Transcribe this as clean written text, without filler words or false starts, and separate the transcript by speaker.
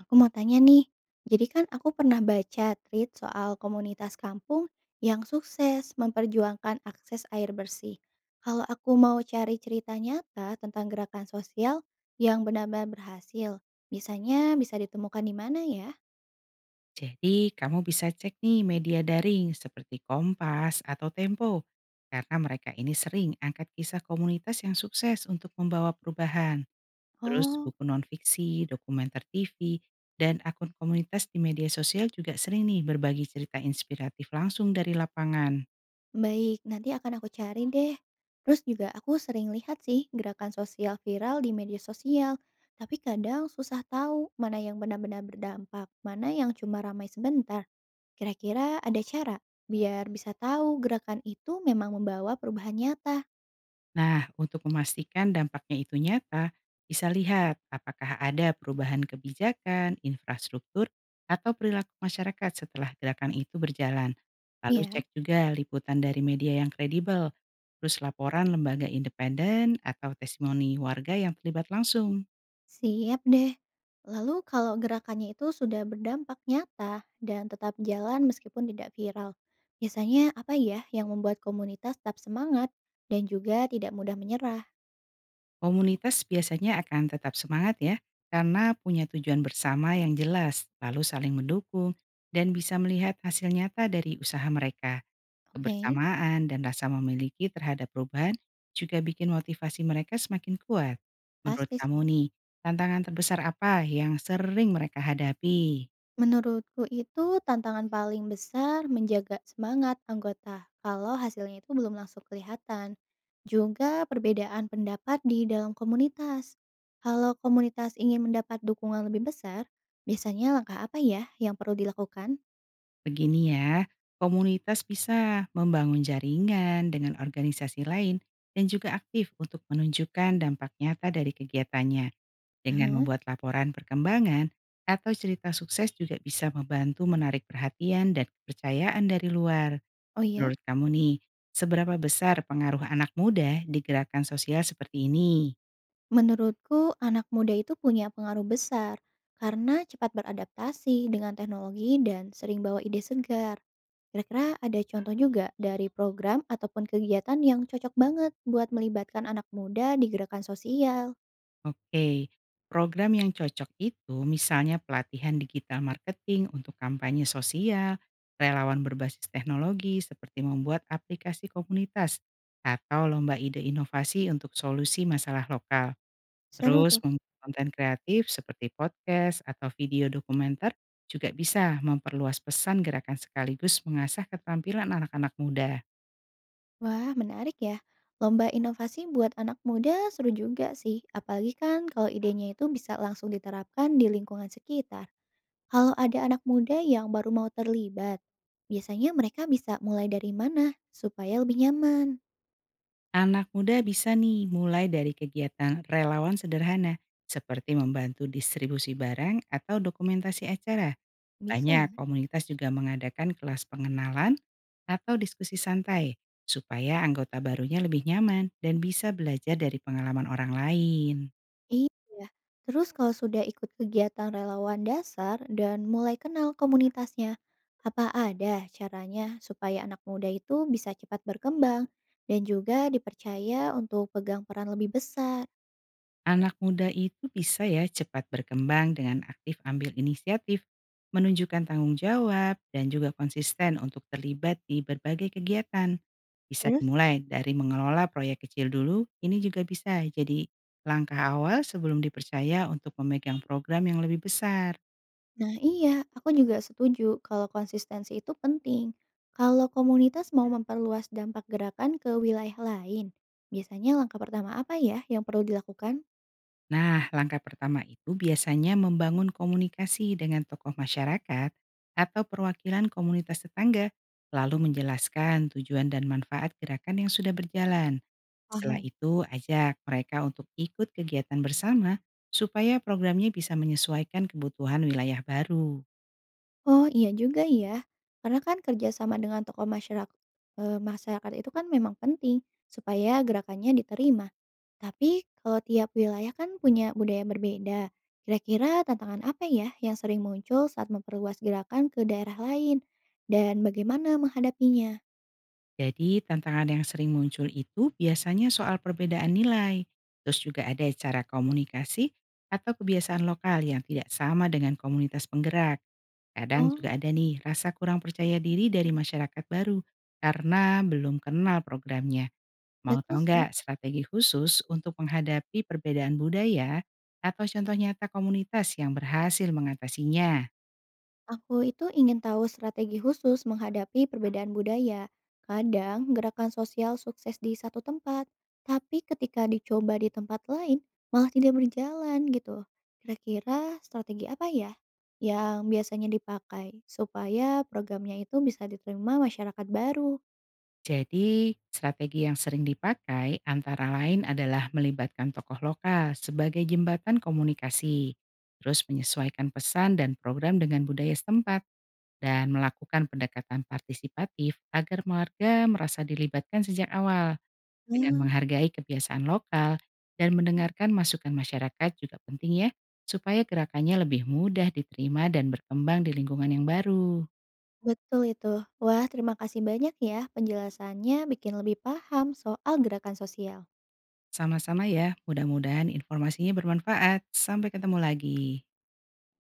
Speaker 1: Aku mau tanya nih, jadi kan aku pernah baca tweet soal komunitas kampung yang sukses memperjuangkan akses air bersih. Kalau aku mau cari cerita nyata tentang gerakan sosial yang benar-benar berhasil, biasanya bisa ditemukan di mana ya?
Speaker 2: Jadi, kamu bisa cek nih media daring seperti Kompas atau Tempo, karena mereka ini sering angkat kisah komunitas yang sukses untuk membawa perubahan. Terus
Speaker 1: Oh.
Speaker 2: buku nonfiksi, dokumenter TV, dan akun komunitas di media sosial juga sering nih berbagi cerita inspiratif langsung dari lapangan.
Speaker 1: Baik, nanti akan aku cari deh. Terus juga aku sering lihat sih gerakan sosial viral di media sosial, tapi kadang susah tahu mana yang benar-benar berdampak, mana yang cuma ramai sebentar. Kira-kira ada cara biar bisa tahu gerakan itu memang membawa perubahan nyata.
Speaker 2: Nah, untuk memastikan dampaknya itu nyata, bisa lihat apakah ada perubahan kebijakan, infrastruktur, atau perilaku masyarakat setelah gerakan itu berjalan. Lalu
Speaker 1: Ya,
Speaker 2: cek juga liputan dari media yang kredibel, terus laporan lembaga independen atau testimoni warga yang terlibat langsung.
Speaker 1: siap deh. Lalu kalau gerakannya itu sudah berdampak nyata dan tetap jalan meskipun tidak viral, biasanya apa ya yang membuat komunitas tetap semangat dan juga tidak mudah menyerah?
Speaker 2: Komunitas biasanya akan tetap semangat ya, karena punya tujuan bersama yang jelas, lalu saling mendukung, dan bisa melihat hasil nyata dari usaha mereka.
Speaker 1: Oke,
Speaker 2: Kebersamaan dan rasa memiliki terhadap perubahan juga bikin motivasi mereka semakin kuat. Menurut
Speaker 1: pasti
Speaker 2: kamu
Speaker 1: sih.
Speaker 2: nih, tantangan terbesar apa yang sering mereka hadapi?
Speaker 1: Menurutku itu tantangan paling besar menjaga semangat anggota kalau hasilnya itu belum langsung kelihatan. Juga perbedaan pendapat di dalam komunitas. Kalau komunitas ingin mendapat dukungan lebih besar, biasanya langkah apa ya yang perlu dilakukan?
Speaker 2: Begini ya, komunitas bisa membangun jaringan dengan organisasi lain dan juga aktif untuk menunjukkan dampak nyata dari kegiatannya. Dengan
Speaker 1: Aha.
Speaker 2: membuat laporan perkembangan atau cerita sukses juga bisa membantu menarik perhatian dan kepercayaan dari luar.
Speaker 1: Oh iya?
Speaker 2: Menurut kamu nih, seberapa besar pengaruh anak muda di gerakan sosial seperti ini?
Speaker 1: Menurutku, anak muda itu punya pengaruh besar karena cepat beradaptasi dengan teknologi dan sering bawa ide segar. Kira-kira ada contoh juga dari program ataupun kegiatan yang cocok banget buat melibatkan anak muda di gerakan sosial.
Speaker 2: Oke, program yang cocok itu misalnya pelatihan digital marketing untuk kampanye sosial, relawan berbasis teknologi seperti membuat aplikasi komunitas, atau lomba ide inovasi untuk solusi masalah lokal.
Speaker 1: Seru
Speaker 2: Terus
Speaker 1: tuh.
Speaker 2: membuat konten kreatif seperti podcast atau video dokumenter juga bisa memperluas pesan gerakan sekaligus mengasah keterampilan anak-anak muda.
Speaker 1: Wah, menarik ya. Lomba inovasi buat anak muda seru juga sih, apalagi kan kalau idenya itu bisa langsung diterapkan di lingkungan sekitar. Kalau ada anak muda yang baru mau terlibat, biasanya mereka bisa mulai dari mana supaya lebih nyaman?
Speaker 2: Anak muda bisa nih mulai dari kegiatan relawan sederhana seperti membantu distribusi barang atau dokumentasi acara.
Speaker 1: Bisa
Speaker 2: Banyak
Speaker 1: ya?
Speaker 2: komunitas juga mengadakan kelas pengenalan atau diskusi santai supaya anggota barunya lebih nyaman dan bisa belajar dari pengalaman orang lain.
Speaker 1: Iya. Terus kalau sudah ikut kegiatan relawan dasar dan mulai kenal komunitasnya, apa ada caranya supaya anak muda itu bisa cepat berkembang dan juga dipercaya untuk pegang peran lebih besar?
Speaker 2: Anak muda itu bisa ya cepat berkembang dengan aktif ambil inisiatif, menunjukkan tanggung jawab, dan juga konsisten untuk terlibat di berbagai kegiatan. Bisa
Speaker 1: Terus?
Speaker 2: dimulai dari mengelola proyek kecil dulu, ini juga bisa jadi langkah awal sebelum dipercaya untuk memegang program yang lebih besar.
Speaker 1: Nah iya, aku juga setuju kalau konsistensi itu penting. Kalau komunitas mau memperluas dampak gerakan ke wilayah lain, biasanya langkah pertama apa ya yang perlu dilakukan?
Speaker 2: Nah, langkah pertama itu biasanya membangun komunikasi dengan tokoh masyarakat atau perwakilan komunitas tetangga, lalu menjelaskan tujuan dan manfaat gerakan yang sudah berjalan. Setelah
Speaker 1: Paham.
Speaker 2: itu, ajak mereka untuk ikut kegiatan bersama supaya programnya bisa menyesuaikan kebutuhan wilayah baru.
Speaker 1: Oh iya juga ya, karena kan kerjasama dengan tokoh masyarakat, masyarakat itu kan memang penting supaya gerakannya diterima. Tapi kalau tiap wilayah kan punya budaya berbeda, kira-kira tantangan apa ya yang sering muncul saat memperluas gerakan ke daerah lain dan bagaimana menghadapinya?
Speaker 2: Jadi, tantangan yang sering muncul itu biasanya soal perbedaan nilai, terus juga ada cara komunikasi atau kebiasaan lokal yang tidak sama dengan komunitas penggerak. Kadang juga
Speaker 1: Oh,
Speaker 2: ada nih rasa kurang percaya diri dari masyarakat baru karena belum kenal programnya. Mau
Speaker 1: betul
Speaker 2: tahu
Speaker 1: sih.
Speaker 2: nggak strategi khusus untuk menghadapi perbedaan budaya atau contoh nyata komunitas yang berhasil mengatasinya?
Speaker 1: Aku itu ingin tahu strategi khusus menghadapi perbedaan budaya. Kadang gerakan sosial sukses di satu tempat, tapi ketika dicoba di tempat lain malah tidak berjalan gitu. Kira-kira strategi apa ya yang biasanya dipakai supaya programnya itu bisa diterima masyarakat baru?
Speaker 2: Jadi, strategi yang sering dipakai antara lain adalah melibatkan tokoh lokal sebagai jembatan komunikasi, terus menyesuaikan pesan dan program dengan budaya setempat dan melakukan pendekatan partisipatif agar warga merasa dilibatkan sejak awal dengan
Speaker 1: Nah,
Speaker 2: menghargai kebiasaan lokal dan mendengarkan masukan masyarakat juga penting ya supaya gerakannya lebih mudah diterima dan berkembang di lingkungan yang baru.
Speaker 1: betul itu. Wah, terima kasih banyak ya penjelasannya bikin lebih paham soal gerakan sosial.
Speaker 2: Sama-sama ya, mudah-mudahan informasinya bermanfaat. Sampai ketemu lagi.